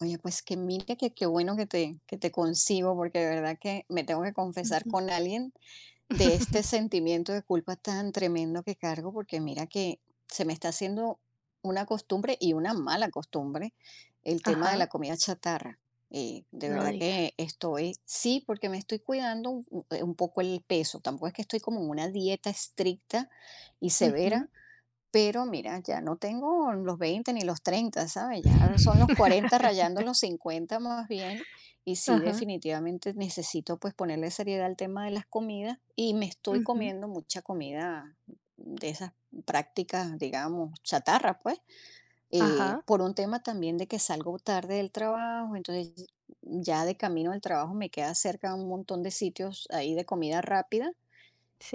Oye, pues que mira que qué bueno que te consigo, porque de verdad que me tengo que confesar Ujú. con alguien de este sentimiento de culpa tan tremendo que cargo, porque mira que se me está haciendo una costumbre y una mala costumbre el tema de Ajá, la comida chatarra. De no verdad que digas. estoy, sí, porque me estoy cuidando un poco el peso. Tampoco es que estoy como en una dieta estricta y severa, Ujú. pero mira, ya no tengo los 20 ni los 30, ¿sabes? Ya son los 40 rayando los 50 más bien. Y sí, Ajá, definitivamente necesito pues ponerle seriedad al tema de las comidas y me estoy ujú, comiendo mucha comida de esas prácticas, digamos, chatarra, pues, ajá, por un tema también de que salgo tarde del trabajo, entonces ya de camino al trabajo me queda cerca un montón de sitios ahí de comida rápida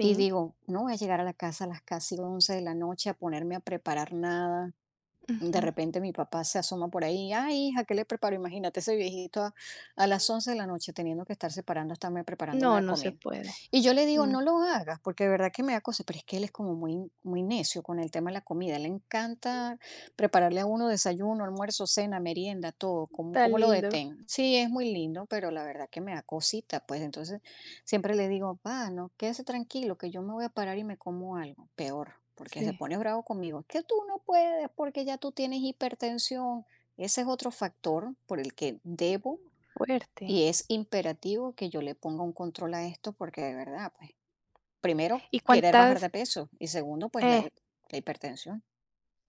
y digo, no voy a llegar a la casa a las casi 11 de la noche a ponerme a preparar nada. De ujú. repente mi papá se asoma por ahí, ay hija, ¿qué le preparo? Imagínate ese viejito a las 11 de la noche teniendo que estar separando, estarme preparando No, nada de no se comida. puede. Y yo le digo, Mm, no lo hagas, porque de verdad que me da cosa, pero es que él es como muy, muy necio con el tema de la comida. Le encanta prepararle a uno desayuno, almuerzo, cena, merienda, todo. ¿Cómo, tan cómo lo lindo. detén? Sí, es muy lindo, pero la verdad que me da cosita, pues entonces siempre le digo, pa, no, quédese tranquilo, que yo me voy a parar y me como algo. Peor, porque se Sí, pone bravo conmigo. Es que tú no puedes porque ya tú tienes hipertensión. Ese es otro factor por el que debo fuerte. y es imperativo que yo le ponga un control a esto, porque de verdad, pues, primero, ¿Y querer bajar de cuántas peso y segundo, pues, la, eh, la hipertensión.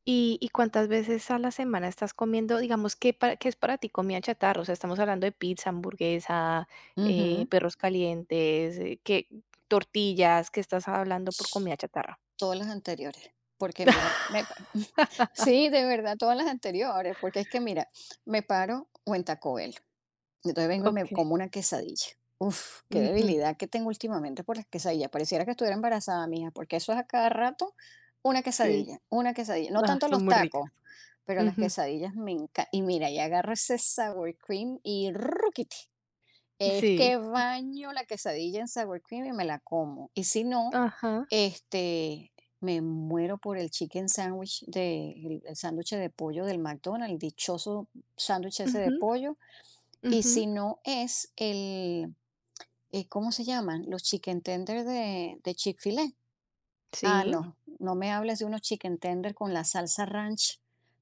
y cuántas veces a la semana estás comiendo, digamos, qué es para ti comida chatarra? O sea, estamos hablando de pizza, hamburguesa, Ujú. perros calientes, ¿qué? Tortillas, ¿qué estás hablando por comida chatarra? Todas las anteriores. Porque mira, sí, de verdad, todas las anteriores, porque es que mira, me paro o en Taco Bell. Entonces vengo y me Okey, como una quesadilla. Uf, qué ujú, debilidad que tengo últimamente por las quesadillas. Pareciera que estuviera embarazada, mija, porque eso es a cada rato una sí. quesadilla, una quesadilla. No Ah, tanto son los muy ricas. tacos, pero las Ujú. quesadillas me encantan. Y mira, y agarro ese sour cream y ruquiti. Es Sí. que baño la quesadilla en sour cream y me la como. Y si no, Ajá. este, me muero por el chicken sandwich el sándwich de pollo del McDonald's, el dichoso sándwich ese de Ujú, pollo y ujú. si no es el, ¿cómo se llaman? Los chicken tender de Chick-fil-A. Ah, Sí, no, no me hables de unos chicken tender con la salsa ranch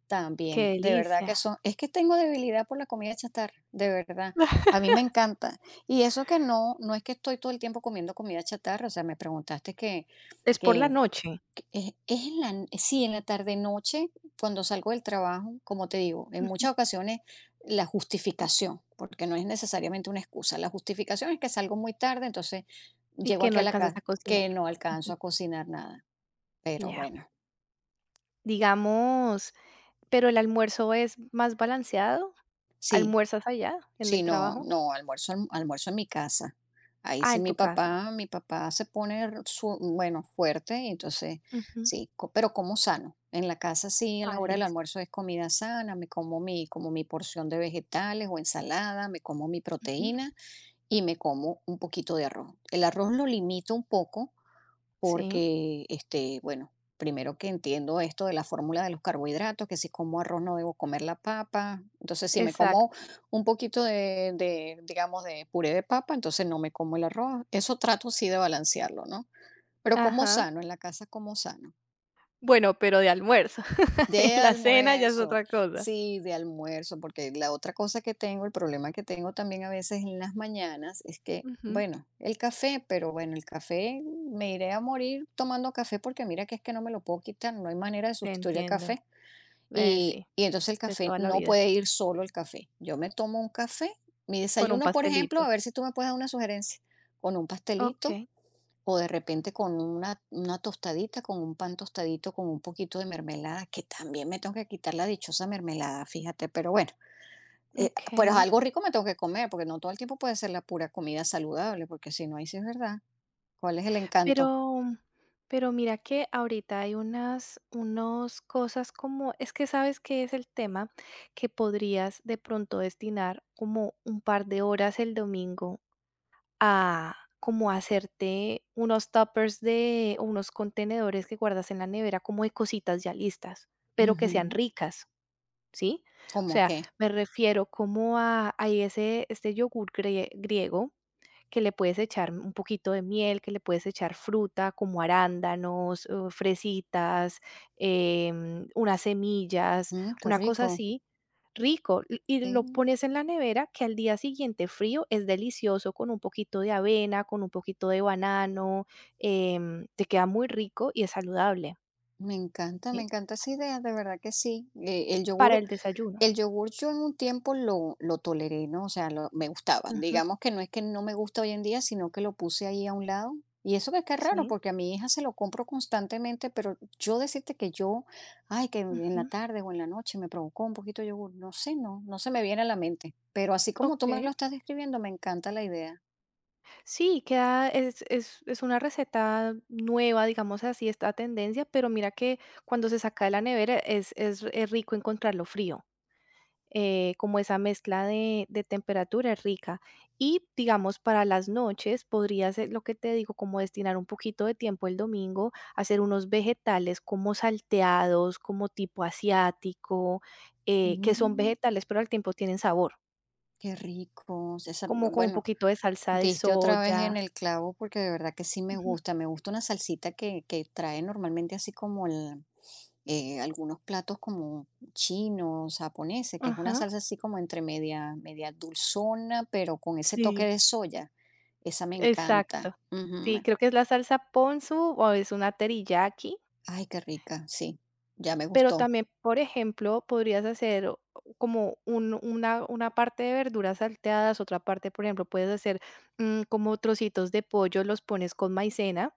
también. qué De verdad que delicia. son, es que tengo debilidad por la comida chatarra, de verdad. A mí me encanta. Y eso que no, no es que estoy todo el tiempo comiendo comida chatarra, o sea, me preguntaste que, Es por la noche. es sí, en la tarde-noche, cuando salgo del trabajo, como te digo, en Ujú. muchas ocasiones la justificación, porque no es necesariamente una excusa, la justificación es que salgo muy tarde, entonces Y llego que no aquí a la alcanzas casa, a cocinar. que no Ujú. alcanzo a cocinar nada, pero Ya. bueno, Digamos, pero el almuerzo es más balanceado. sí. ¿Almuerzas allá en Sí, el no, trabajo? no, almuerzo en mi casa. Ahí Ah, sí en mi tu casa. papá, mi papá se pone, bueno, fuerte, y entonces Ujú. sí, pero como sano. En la casa sí, a la Ah, hora del listo. almuerzo es comida sana, me como mi porción de vegetales o ensalada, me como mi Ujú. proteína y me como un poquito de arroz. El arroz lo limito un poco Sí, porque, este, bueno, primero que entiendo esto de la fórmula de los carbohidratos, que si como arroz no debo comer la papa, entonces si me como exacto. un poquito digamos, de puré de papa, entonces no me como el arroz. Eso trato sí de balancearlo, ¿no? Pero como Ajá. sano, en la casa como sano. Bueno, pero de almuerzo. De Y la cena ya es almuerzo, otra cosa. sí, de almuerzo, porque la otra cosa que tengo, el problema que tengo también a veces en las mañanas es que, Ujú. bueno, el café, pero bueno, el café me iré a morir tomando café porque mira que es que no me lo puedo quitar, no hay manera de Te sustituir el entiendo. café. Y, Sí, y entonces el de café toda la no vida. puede ir solo el café. Yo me tomo un café, mi Con un desayuno, por pastelito. ejemplo, a ver si tú me puedes dar una sugerencia, con un pastelito Okey, o de repente con una tostadita, con un pan tostadito, con un poquito de mermelada, que también me tengo que quitar la dichosa mermelada, fíjate, pero bueno, pero okey. algo rico me tengo que comer, porque no todo el tiempo puede ser la pura comida saludable, porque si no, ahí sí es verdad. ¿Cuál es el encanto? Pero pero mira que ahorita hay unas unos cosas como es que, ¿sabes qué es el tema? Que podrías de pronto destinar como un par de horas el domingo a como hacerte unos tuppers de o unos contenedores que guardas en la nevera como de cositas ya listas, pero que sean Ujú. ricas, ¿sí? O ¿Cómo sea, qué? me refiero como a hay ese este yogur griego que le puedes echar un poquito de miel, que le puedes echar fruta como arándanos, fresitas, unas semillas, Mm, qué una cosa rico. así, rico. Y lo Sí, pones en la nevera que al día siguiente frío es delicioso con un poquito de avena, con un poquito de banano, te queda muy rico y es saludable, me ¿sí? encanta esa idea, de verdad que sí. Para el desayuno. El yogur yo en un tiempo lo toleré, ¿no? O sea, lo me gustaba. Ujú. Digamos que no es que no me gusta hoy en día, sino que lo puse ahí a un lado. Y eso que es raro, Sí. porque a mi hija se lo compro constantemente, pero yo decirte que yo, ay, que en la Ujú. tarde o en la noche me provocó un poquito de yogur, no sé, no, no se me viene a la mente. Pero así como tú Ok. me lo estás describiendo, me encanta la idea. Sí, queda, es una receta nueva, digamos así, esta tendencia, pero mira que cuando se saca de la nevera es rico encontrarlo frío. Como esa mezcla de temperatura es rica. Y digamos, para las noches podría ser lo que te digo, como destinar un poquito de tiempo el domingo, a hacer unos vegetales como salteados, como tipo asiático, que son Mm, vegetales, pero al tiempo tienen sabor, qué rico. Esa, como con un bueno, poquito de salsa de diste otra vez en soya. el clavo porque de verdad que sí me Ujú. gusta. Me gusta una salsita que trae normalmente así como el, algunos platos como chinos, japoneses, que es una Ajá. salsa así como entre media, media dulzona, pero con ese toque Sí, de soya. Esa me encanta. exacto. Ujú. Sí, creo que es la salsa ponzu o es una teriyaki, Ay, qué rica, sí, ya me pero gustó. también, por ejemplo, podrías hacer o como un una parte de verduras salteadas, otra parte, por ejemplo, puedes hacer, como trocitos de pollo, los pones con maicena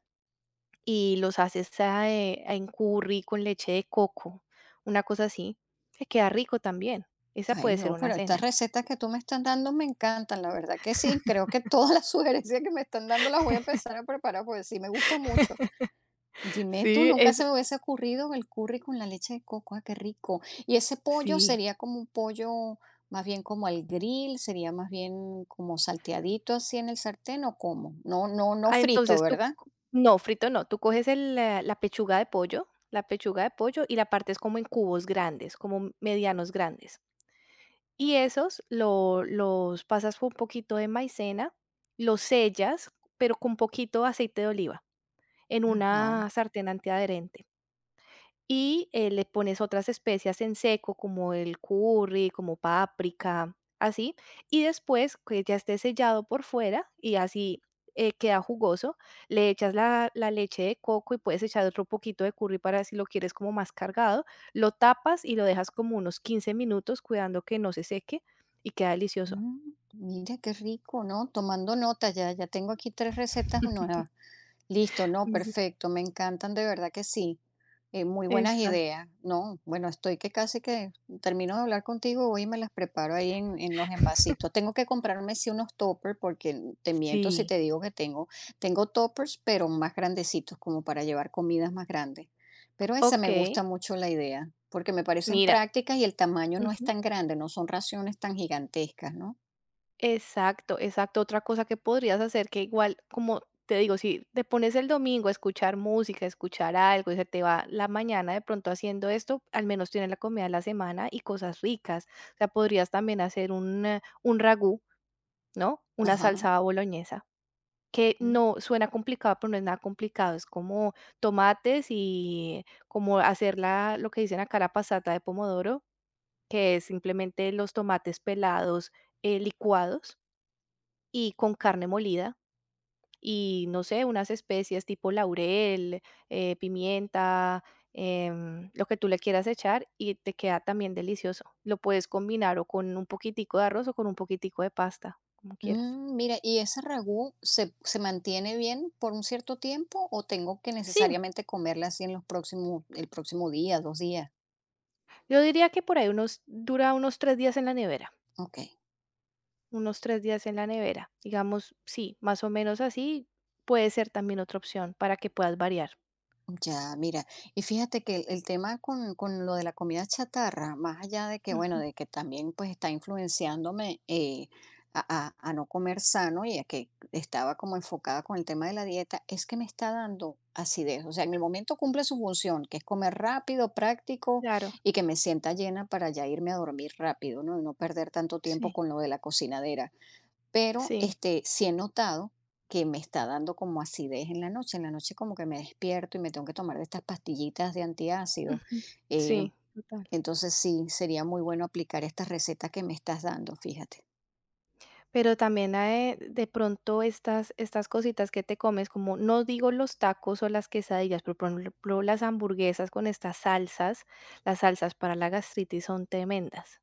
y los haces a en curry con leche de coco, una cosa así, que queda rico también. Esa Ay, puede ser no, una pero estas cena. recetas que tú me estás dando me encantan, la verdad que sí. Creo que todas las sugerencias que me están dando las voy a empezar a preparar porque sí me gusta mucho. Dime tú, Sí, nunca es se me hubiese ocurrido el curry con la leche de coco, ah, qué rico. Y ese pollo sí. sería como un pollo, más bien como al grill, sería más bien como salteadito así en el sartén o cómo. No, no, no Ah, frito, entonces tú ¿verdad? No, frito no, tú coges la pechuga de pollo, y la partes como en cubos grandes, como medianos grandes. Y esos lo los pasas con un poquito de maicena, los sellas, pero con poquito aceite de oliva en Ajá. una sartén antiadherente y le pones otras especias en seco, como el curry, como páprica, así, y después que ya esté sellado por fuera y así queda jugoso, le echas la leche de coco y puedes echar otro poquito de curry para si lo quieres como más cargado, lo tapas y lo dejas como unos 15 minutos cuidando que no se seque y queda delicioso. Mm, mira qué rico, ¿no? Tomando nota ya, ya tengo aquí tres recetas nuevas. Listo, no, Sí, perfecto, me encantan de verdad que sí. Muy buenas exacto. ideas. No, bueno, estoy que casi que termino de hablar contigo hoy y me las preparo ahí en los envasitos. Tengo que comprarme sí unos toppers porque te miento si Sí, te digo que tengo toppers, pero más grandecitos, como para llevar comidas más grandes. Pero esa ok, me gusta mucho la idea, porque me parecen mira. prácticas y el tamaño no es tan grande, no son raciones tan gigantescas, ¿no? Exacto, exacto. Otra cosa que podrías hacer, que igual, como te digo, si te pones el domingo a escuchar música, a escuchar algo y se te va la mañana de pronto haciendo esto, al menos tienes la comida de la semana y cosas ricas. O sea, podrías también hacer un ragú, ¿no? Una Ajá. salsa boloñesa, que Mm. no suena complicado, pero no es nada complicado. Es como tomates y como hacer lo que dicen acá, la pasata de pomodoro, que es simplemente los tomates pelados, licuados y con carne molida y, no sé, unas especias tipo laurel, pimienta, lo que tú le quieras echar y te queda también delicioso. Lo puedes combinar o con un poquitico de arroz o con un poquitico de pasta, como quieras. Mm, mira, ¿y ese ragú se, se mantiene bien por un cierto tiempo o tengo que Sí, necesariamente comerla así en los próximos, el próximo día, 2 días? yo diría que por ahí unos dura unos 3 días en la nevera, Ok. unos 3 días en la nevera. Digamos, sí, más o menos así puede ser también otra opción para que puedas variar. Ya, mira, y fíjate que el tema con lo de la comida chatarra, más allá de que, bueno, Ujú, de que también pues está influenciándome a, a no comer sano y a que estaba como enfocada con el tema de la dieta, es que me está dando acidez. O sea, en el momento cumple su función, que es comer rápido, práctico claro, y que me sienta llena para ya irme a dormir rápido, ¿no? Y no perder tanto tiempo sí, con lo de la cocinadera, pero sí, este, sí he notado que me está dando como acidez en la noche. En la noche como que me despierto y me tengo que tomar de estas pastillitas de antiácido. ujú, Eh, sí, total. entonces sí, sería muy bueno aplicar estas recetas que me estás dando, fíjate. Pero también, de pronto estas cositas que te comes, como no digo los tacos o las quesadillas, pero, por ejemplo, las hamburguesas con estas salsas, las salsas para la gastritis son tremendas.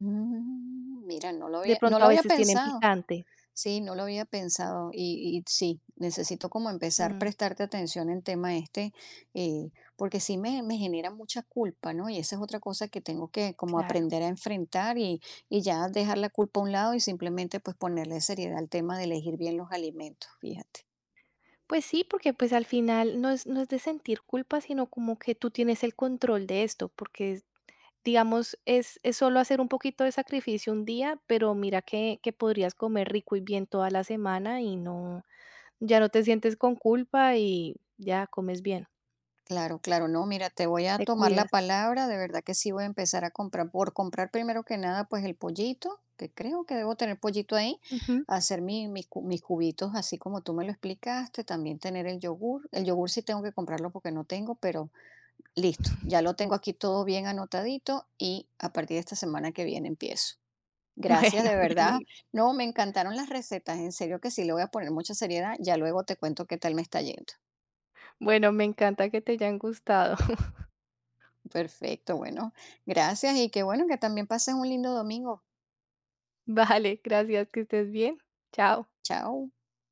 Mm, mira, De no pronto lo a había veces tienen pensado. picante. Sí, no lo había pensado y sí, necesito como empezar a Mm, prestarte atención en tema este, eh, porque sí me genera mucha culpa, ¿no? Y esa es otra cosa que tengo que como claro. aprender a enfrentar y ya dejar la culpa a un lado y simplemente pues ponerle seriedad al tema de elegir bien los alimentos, fíjate. Pues sí, porque, pues, al final no es de sentir culpa, sino como que tú tienes el control de esto, porque, digamos, es solo hacer un poquito de sacrificio un día, pero mira que podrías comer rico y bien toda la semana Ya no te sientes con culpa y ya comes bien, Claro, claro, no, mira, te voy a te tomar la cuidas. palabra, de verdad que sí voy a empezar a comprar, por comprar primero que nada, pues el pollito, que creo que debo tener pollito ahí, Ujú. hacer mis cubitos así como tú me lo explicaste, también tener el yogur sí tengo que comprarlo porque no tengo, pero listo, ya lo tengo aquí todo bien anotadito y a partir de esta semana que viene empiezo. Gracias, Bueno, de me verdad. alegra. No, me encantaron las recetas, en serio que sí le voy a poner mucha seriedad, ya luego te cuento qué tal me está yendo. Bueno, me encanta que te hayan gustado. Perfecto, bueno, gracias y qué bueno que también pases un lindo domingo. Vale, gracias, que estés bien. Chao. Chao.